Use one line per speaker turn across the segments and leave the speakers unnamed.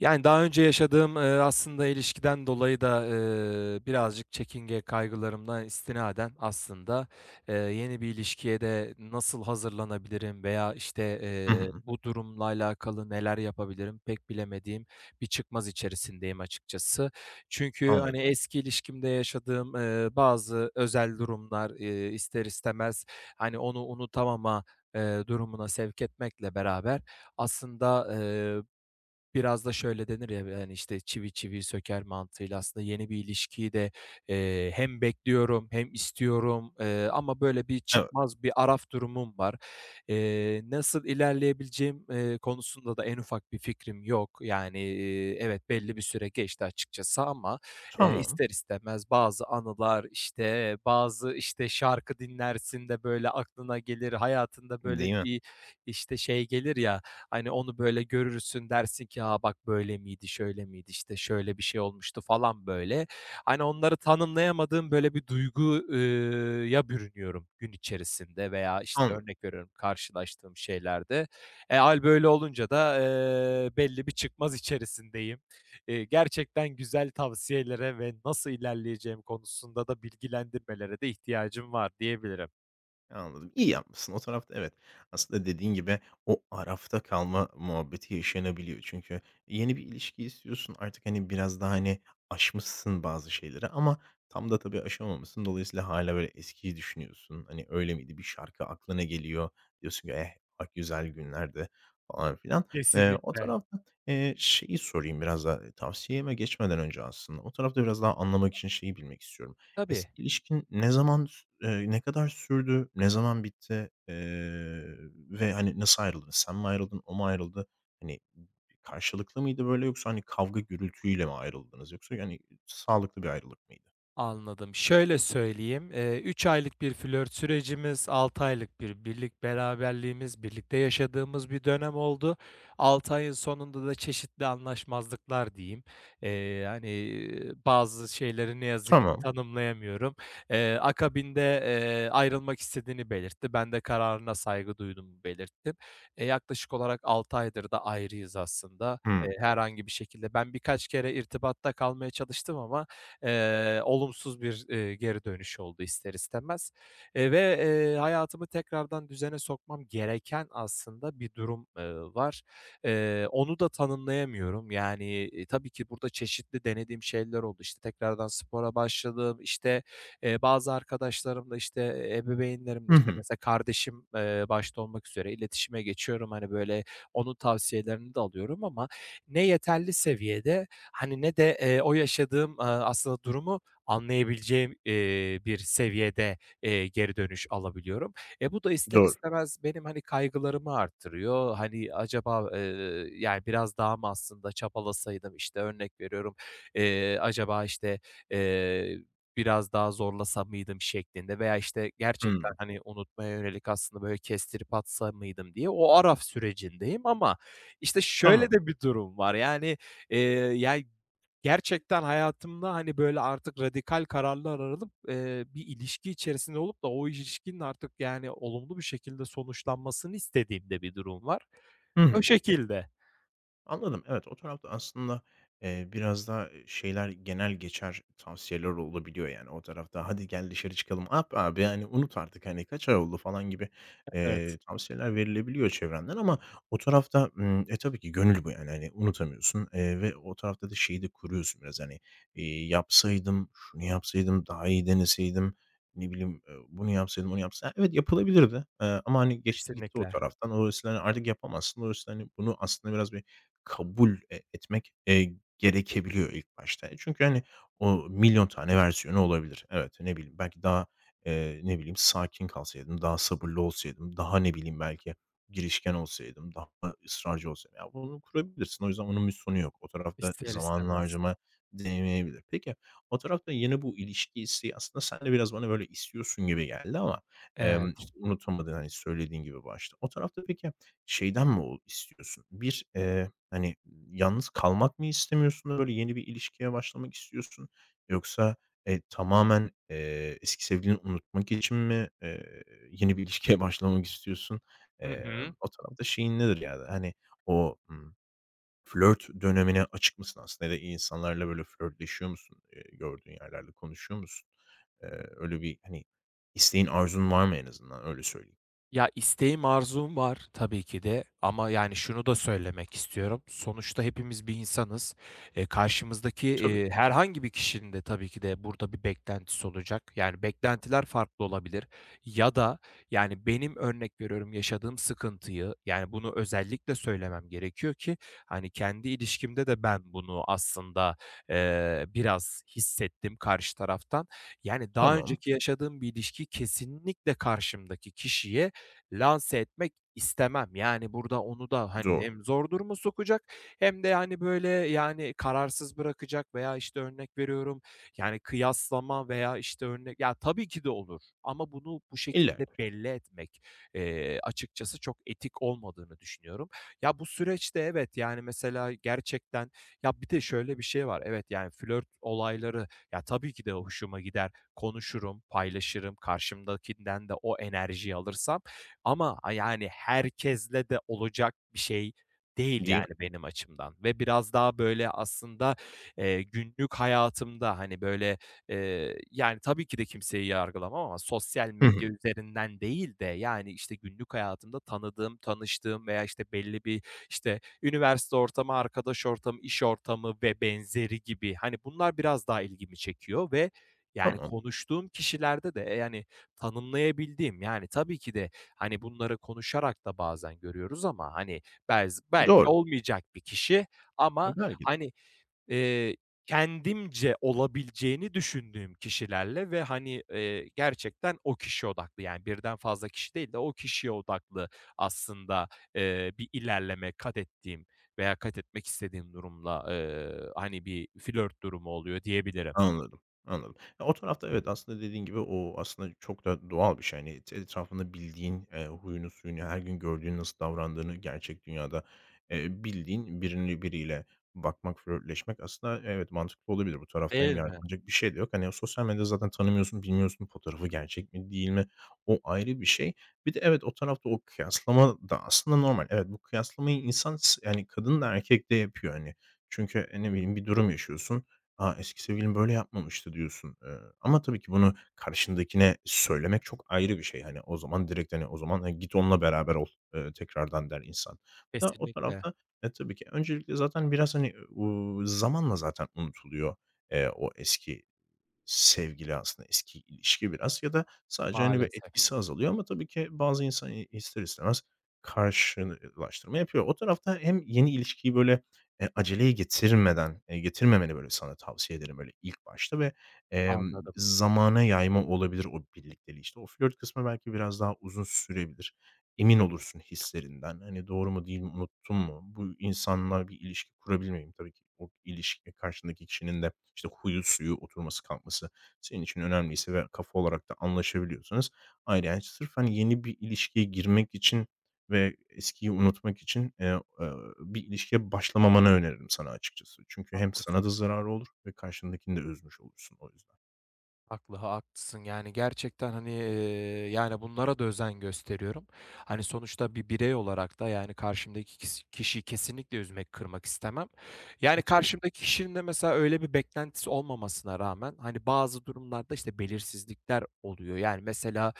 Yani, daha önce yaşadığım, aslında ilişkiden dolayı da, birazcık kaygılarımla istinaden aslında, yeni bir ilişkiye de nasıl hazırlanabilirim veya, işte,
Hı hı.
bu durumla alakalı neler yapabilirim pek bilemediğim bir çıkmaz içerisindeyim açıkçası. Çünkü, hani,
Anladım.
eski ilişkimde yaşadığım, bazı özel durumlar, ister istemez, hani, onu unutamama, durumuna sevk etmekle beraber aslında, biraz da şöyle denir ya, yani, işte, "Çivi çiviyi söker." mantığıyla aslında yeni bir ilişkiyi de, hem bekliyorum hem istiyorum, ama böyle bir
Evet.
çıkmaz bir araf durumum var. Nasıl ilerleyebileceğim, konusunda da en ufak bir fikrim yok. Yani, evet, belli bir süre geçti açıkçası ama,
Tamam.
ister istemez bazı anılar, işte, bazı, işte, şarkı dinlersin de böyle aklına gelir, hayatında böyle
Değil mi?
bir, işte, şey gelir ya, hani, onu böyle görürsün, dersin ki, "A, bak böyle miydi, şöyle miydi, işte, şöyle bir şey olmuştu." falan böyle. Hani, onları tanımlayamadığım böyle bir duygu ya bürünüyorum gün içerisinde veya, işte,
Anladım.
örnek veriyorum karşılaştığım şeylerde. E, hâl böyle olunca da, belli bir çıkmaz içerisindeyim. Gerçekten güzel tavsiyelere ve nasıl ilerleyeceğim konusunda da bilgilendirmelere de ihtiyacım var diyebilirim.
Anladım. İyi yapmışsın. O tarafta evet. Aslında dediğin gibi o arafta kalma muhabbeti yaşanabiliyor. Çünkü yeni bir ilişki istiyorsun. Artık hani biraz daha hani aşmışsın bazı şeyleri ama tam da tabii aşamamışsın. Dolayısıyla hala böyle eskiyi düşünüyorsun. Hani öyle miydi? Bir şarkı aklına geliyor. Diyorsun ki, "Eh, bak güzel günlerde falan filan." O
Kesinlikle.
tarafta, şeyi sorayım biraz daha, tavsiyeme geçmeden önce aslında. O tarafta biraz daha anlamak için şeyi bilmek istiyorum.
Tabii.
Eski ilişkin ne zaman ne kadar sürdü, ne zaman bitti, ve, hani, nasıl ayrıldınız? Sen mi ayrıldın, o mu ayrıldı? Hani, karşılıklı mıydı böyle yoksa, hani, kavga gürültüyle mi ayrıldınız yoksa, yani, sağlıklı bir ayrılık mıydı?
Anladım. Şöyle söyleyeyim, 3 aylık bir flört sürecimiz, 6 aylık bir birlik beraberliğimiz, birlikte yaşadığımız bir dönem oldu. 6 ayın sonunda da çeşitli anlaşmazlıklar diyeyim. Bazı şeyleri ne yazık ki
Tamam.
tanımlayamıyorum. Ayrılmak istediğini belirtti. Ben de kararına saygı duyduğumu belirttim. E, yaklaşık olarak 6 aydır da ayrıyız aslında. Eee,
Hımm.
herhangi bir şekilde ben birkaç kere irtibatta kalmaya çalıştım ama olumsuz bir, geri dönüş oldu ister istemez, eee, ve, hayatımı tekrardan düzene sokmam gereken aslında bir durum, var. Onu da tanımlayamıyorum. Yani, tabii ki burada çeşitli denediğim şeyler oldu. İşte, tekrardan spora başladım, İşte bazı arkadaşlarımla, işte, ebeveynlerimle,
Hı
işte,
hı.
mesela kardeşim, başta olmak üzere iletişime geçiyorum. Hani, böyle, onun tavsiyelerini de alıyorum ama ne yeterli seviyede hani, ne de, o yaşadığım, aslında durumu anlayabileceğim, bir seviyede, geri dönüş alabiliyorum. E, bu da ister
Doğru.
istemez benim, hani, kaygılarımı arttırıyor. Hani, acaba, yani, biraz daha mı aslında çabalasaydım, işte, örnek veriyorum, acaba, işte, eee, biraz daha zorlasa mıydım şeklinde veya, işte, gerçekten,
Hımm.
hani, unutmaya yönelik aslında böyle kestirip atsa mıydım diye o araf sürecindeyim ama, işte, şöyle
Tamam.
de bir durum var, yani, Eee, ya, gerçekten hayatımda, hani, böyle, artık radikal kararlar alıp, bir ilişki içerisinde olup da o ilişkinin artık, yani, olumlu bir şekilde sonuçlanmasını istediğim de bir durum var.
Hı
O
hı.
şekilde.
Anladım. Evet, o tarafta aslında, biraz da şeyler genel geçer tavsiyeler olabiliyor, yani, o tarafta. "Hadi gel dışarı çıkalım." "Yap abi, yani, unut artık, hani, kaç ay oldu?" falan gibi,
Evet,
tavsiyeler verilebiliyor çevrenden ama o tarafta, tabii ki gönül bu, yani, hani, unutamıyorsun, ve o tarafta da şeyi de kuruyorsun biraz, hani, "Yapsaydım, şunu yapsaydım, daha iyi deneseydim, ne bileyim, bunu yapsaydım, onu yapsaydım. Evet, yapılabilirdi, ama, hani, geçti gitti o
kesinlikle.
taraftan. O hani, artık yapamazsın. Dolayısıyla, hani, bunu aslında biraz bir kabul etmek, gerekebiliyor ilk başta. Çünkü, hani, o milyon tane versiyonu olabilir. Evet, ne bileyim, belki daha, ne bileyim, sakin kalsaydım, daha sabırlı olsaydım, daha, ne bileyim, belki girişken olsaydım, daha ısrarcı olsaydım. Ya, bunu kurabilirsin. O yüzden onun bir sonu yok. O tarafta
İster
zamanını
istemez.
harcama değmeyebilir. Peki, o tarafta yine bu ilişki isteği aslında sen de biraz bana böyle istiyorsun gibi geldi ama,
Evet.
işte, unutamadın, hani, söylediğin gibi başta. O tarafta peki şeyden mi istiyorsun? Bir, Hani, yalnız kalmak mı istemiyorsun? Böyle yeni bir ilişkiye başlamak istiyorsun? Yoksa, tamamen, eski sevgilini unutmak için mi, yeni bir ilişkiye başlamak istiyorsun?
Hı hı.
O tarafta şeyin nedir yani? Hani, o, flört dönemine açık mısın aslında ya da insanlarla böyle flörtleşiyor musun? Gördüğün yerlerle konuşuyor musun? Öyle bir, hani, isteğin, arzun var mı en azından? Öyle söyleyeyim.
Ya, isteğim, arzum var tabii ki de ama, yani, şunu da söylemek istiyorum. Sonuçta hepimiz bir insanız.
Tabii.
Herhangi bir kişinin de tabii ki de burada bir beklentisi olacak. Yani, beklentiler farklı olabilir ya da, yani, benim örnek veriyorum yaşadığım sıkıntıyı, yani, bunu özellikle söylemem gerekiyor ki, hani, kendi ilişkimde de ben bunu aslında, biraz hissettim karşı taraftan. Yani, daha
Tamam.
önceki yaşadığım bir ilişki kesinlikle karşımdaki kişiye lanse etmek istemem. Yani, burada onu da, hani,
Doğru.
hem zor duruma sokacak hem de, yani, böyle, yani, kararsız bırakacak veya, işte, örnek veriyorum, yani, kıyaslama veya, işte, örnek ya, tabii ki de olur ama bunu bu şekilde
İllaki,
belli etmek, açıkçası çok etik olmadığını düşünüyorum. Ya, bu süreçte evet, yani, mesela gerçekten ya, bir de şöyle bir şey var. Evet, yani, flört olayları, ya, tabii ki de hoşuma gider, konuşurum, paylaşırım, karşımdakinden de o enerjiyi alırsam ama, yani, herkesle de olacak bir şey değil,
değil
yani,
mi?
benim açımdan ve biraz daha, böyle, aslında, günlük hayatımda, hani, böyle, yani, tabii ki de kimseyi yargılamam ama sosyal
Hı
medya
hı.
üzerinden değil de, yani, işte, günlük hayatımda tanıdığım, tanıştığım veya, işte, belli bir, işte, üniversite ortamı, arkadaş ortamı, iş ortamı ve benzeri gibi, hani, bunlar biraz daha ilgimi çekiyor ve, yani,
Tamam.
konuştuğum kişilerde de, yani, tanımlayabildiğim, yani, tabii ki de, hani, bunları konuşarak da bazen görüyoruz ama, hani, belki
Doğru.
olmayacak bir kişi
Ya,
ama,
belki de.
hani, eee, kendimce olabileceğini düşündüğüm kişilerle ve, hani, gerçekten o kişi odaklı, yani, birden fazla kişi değil de o kişiye odaklı aslında, bir ilerleme kat ettiğim veya kat etmek istediğim durumla, hani, bir flört durumu oluyor diyebilirim.
Anladım, anladım. Ya, o tarafta evet, aslında dediğin gibi o aslında çok da doğal bir şey. Hani, etrafında bildiğin, huyunu suyunu, her gün gördüğün nasıl davrandığını gerçek dünyada, bildiğin birini biriyle bakmak, flörtleşmek aslında evet, mantıklı olabilir. Bu tarafta
Değil
hem
mi?
yardımcı bir şey de yok. Hani, sosyal medyada zaten tanımıyorsun, bilmiyorsun fotoğrafı gerçek mi değil mi? O ayrı bir şey. Bir de evet, o tarafta o kıyaslama da aslında normal. Evet, bu kıyaslamayı insan yani kadın da erkek de yapıyor, hani. Çünkü, ne bileyim bir durum yaşıyorsun. A, eski sevgilim böyle yapmamıştı diyorsun. Ama tabii ki bunu karşındakine söylemek çok ayrı bir şey. Hani, o zaman direkt, hani, o zaman, hani, "Git onunla beraber ol, tekrardan." der insan. Da o
Kesinlikle.
tarafta, tabii ki öncelikle zaten biraz, hani, zamanla zaten unutuluyor, o eski sevgili aslında eski ilişki biraz ya da sadece, hani, bir
Maalesef.
etkisi azalıyor ama tabii ki bazı insan, ister istemez karşılaştırma yapıyor. O tarafta hem yeni ilişkiyi, böyle, aceleye getirmeden, getirmemeni, böyle, sana tavsiye ederim, böyle, ilk başta ve, emm,
Anladım.
zamana yayma olabilir o birlikteliği. İşte, o flört kısmı belki biraz daha uzun sürebilir. Emin olursun hislerinden. Hani, doğru mu değil mi, unuttum mu? Bu insanla bir ilişki kurabilir miyim? Tabii ki o ilişki karşındaki kişinin de, işte, huyu suyu, oturması kalkması senin için önemliyse ve kafa olarak da anlaşabiliyorsanız ayrı. Yani, sırf, hani, yeni bir ilişkiye girmek için ve eskiyi unutmak için, bir ilişkiye başlamamanı öneririm sana açıkçası. Çünkü hem
Haklısın.
sana da zararı olur ve karşındakini de üzmüş olursun o yüzden.
Haklı, haklısın. Yani gerçekten hani, yani bunlara da özen gösteriyorum. Hani sonuçta bir birey olarak da yani karşımdaki kişi kişiyi kesinlikle üzmek, kırmak istemem. Yani
E, tabii.
karşımdaki kişinin de mesela öyle bir beklentisi olmamasına rağmen hani bazı durumlarda işte belirsizlikler oluyor. Yani mesela,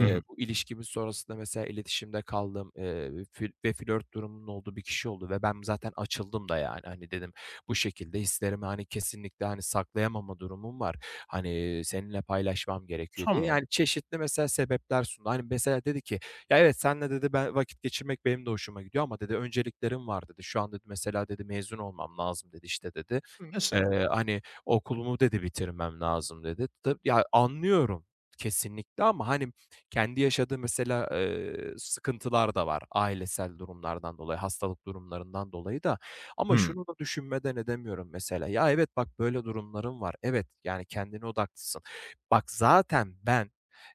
Hı hı.
bu ilişkimiz sonrasında mesela iletişimde kaldığım, fil ve flört durumunun olduğu bir kişi oldu ve ben zaten açıldım da yani. Hani dedim bu şekilde hislerimi, hani, kesinlikle, hani, saklayamama durumum var. Hani, seninle paylaşmam gerekiyor diye.
Tamam.
Yani, çeşitli mesela sebepler sundu. Hani, mesela dedi ki, "Ya, evet, senle dedi, "ben vakit geçirmek benim de hoşuma gidiyor ama" dedi, "önceliklerim var." dedi. "Şu an" dedi, "mesela" dedi, "mezun olmam lazım." dedi, işte, dedi.
Mesela.
"Okulumu" dedi, "bitirmem lazım." dedi. Ya, anlıyorum kesinlikle ama, hani, kendi yaşadığı mesela, sıkıntılar da var ailesel durumlardan dolayı, hastalık durumlarından dolayı da. Ama
Hımm.
şunu da düşünmeden edemiyorum mesela. Ya, evet, bak, böyle durumlarım var. Evet, yani, kendine odaklısın. Bak, zaten ben,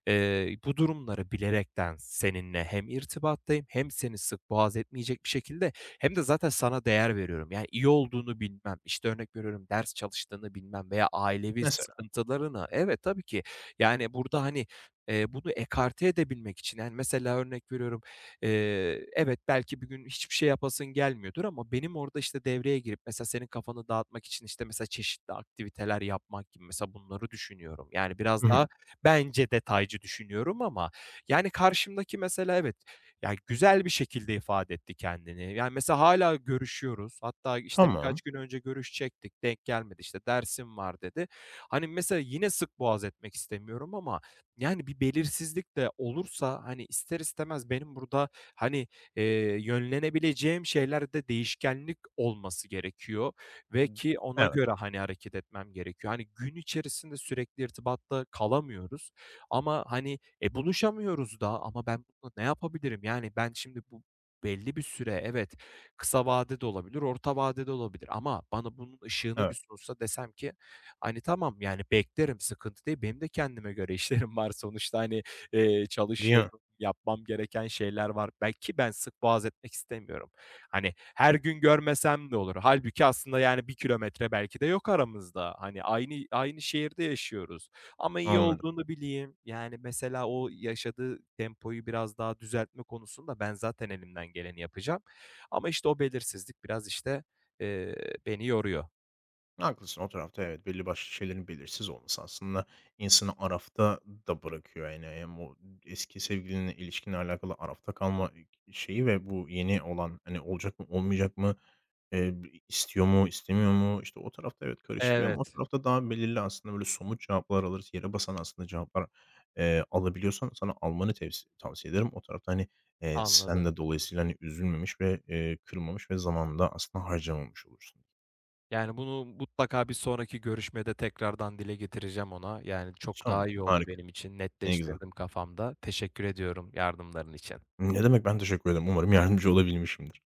bu durumları bilerekten seninle hem irtibattayım hem seni sık boğaz etmeyecek bir şekilde hem de zaten sana değer veriyorum. Yani, iyi olduğunu bilmem, işte, örnek veriyorum, ders çalıştığını bilmem veya ailevi
Mesela.
sıkıntılarını evet, tabii ki. Yani, burada, hani, bunu ekarte edebilmek için, yani, mesela örnek veriyorum evet, belki bir gün hiçbir şey yapasın gelmiyordur ama benim orada, işte, devreye girip mesela senin kafanı dağıtmak için, işte, mesela çeşitli aktiviteler yapmak gibi mesela bunları düşünüyorum. Yani biraz
Hı hı.
daha bence detaycı düşünüyorum ama, yani, karşımdaki mesela evet, yani güzel bir şekilde ifade etti kendini. Yani, mesela hala görüşüyoruz. Hatta, işte, birkaç
Tamam.
gün önce görüşecektik, denk gelmedi, işte, dersim var dedi. Hani, mesela yine sık boğaz etmek istemiyorum ama, yani, bir belirsizlik de olursa, hani, ister istemez benim burada hani, yönlenebileceğim şeylerde değişkenlik olması gerekiyor ve ki ona
Evet,
göre, hani, hareket etmem gerekiyor. Hani, gün içerisinde sürekli irtibatta kalamıyoruz ama, hani, e, buluşamıyoruz da ama ben buna ne yapabilirim? Yani, ben şimdi bu belli bir süre, evet, kısa vadede olabilir, orta vadede olabilir ama bana bunun ışığını bir
evet.
sunsa desem ki, hani, tamam, yani, beklerim, sıkıntı değil. Benim de kendime göre işlerim var sonuçta, hani,
Değil mi?
çalışıyorum yapmam gereken şeyler var. Belki ben sık boğaz etmek istemiyorum. Hani her gün görmesem de olur? Halbuki aslında, yani, 1 kilometre belki de yok aramızda. Hani aynı şehirde yaşıyoruz ama iyi
Anladım.
olduğunu bileyim. Yani, mesela o yaşadığı tempoyu biraz daha düzeltme konusunda ben zaten elimden geleni yapacağım ama, işte, o belirsizlik biraz, işte, eee, beni yoruyor.
Haklısın o tarafta evet, belli başlı şeylerin belirsiz olması aslında insanı arafta da bırakıyor. Yani o eski sevgilinle ilişkinle alakalı arafta kalma şeyi ve bu yeni olan, hani, olacak mı olmayacak mı, eee, istiyor mu istemiyor mu, işte, o tarafta evet karıştırıyor ama o
Evet,
tarafta daha belirli aslında böyle somut cevaplar alırız, yere basan aslında cevaplar, alabiliyorsan sana almanı tavsiye ederim. O tarafta, hani, sen
anladım.
de dolayısıyla, hani, üzülmemiş ve, kırılmamış ve zamanını aslında harcamamış olursun.
Yani, bunu mutlaka bir sonraki görüşmede tekrardan dile getireceğim ona. Yani, çok
Tamam,
daha iyi oldu
harika.
benim için.
Ne güzel.
Netleştirdim kafamda. Teşekkür ediyorum yardımların için.
Ne demek, ben teşekkür ederim. Umarım yardımcı olabilmişimdir.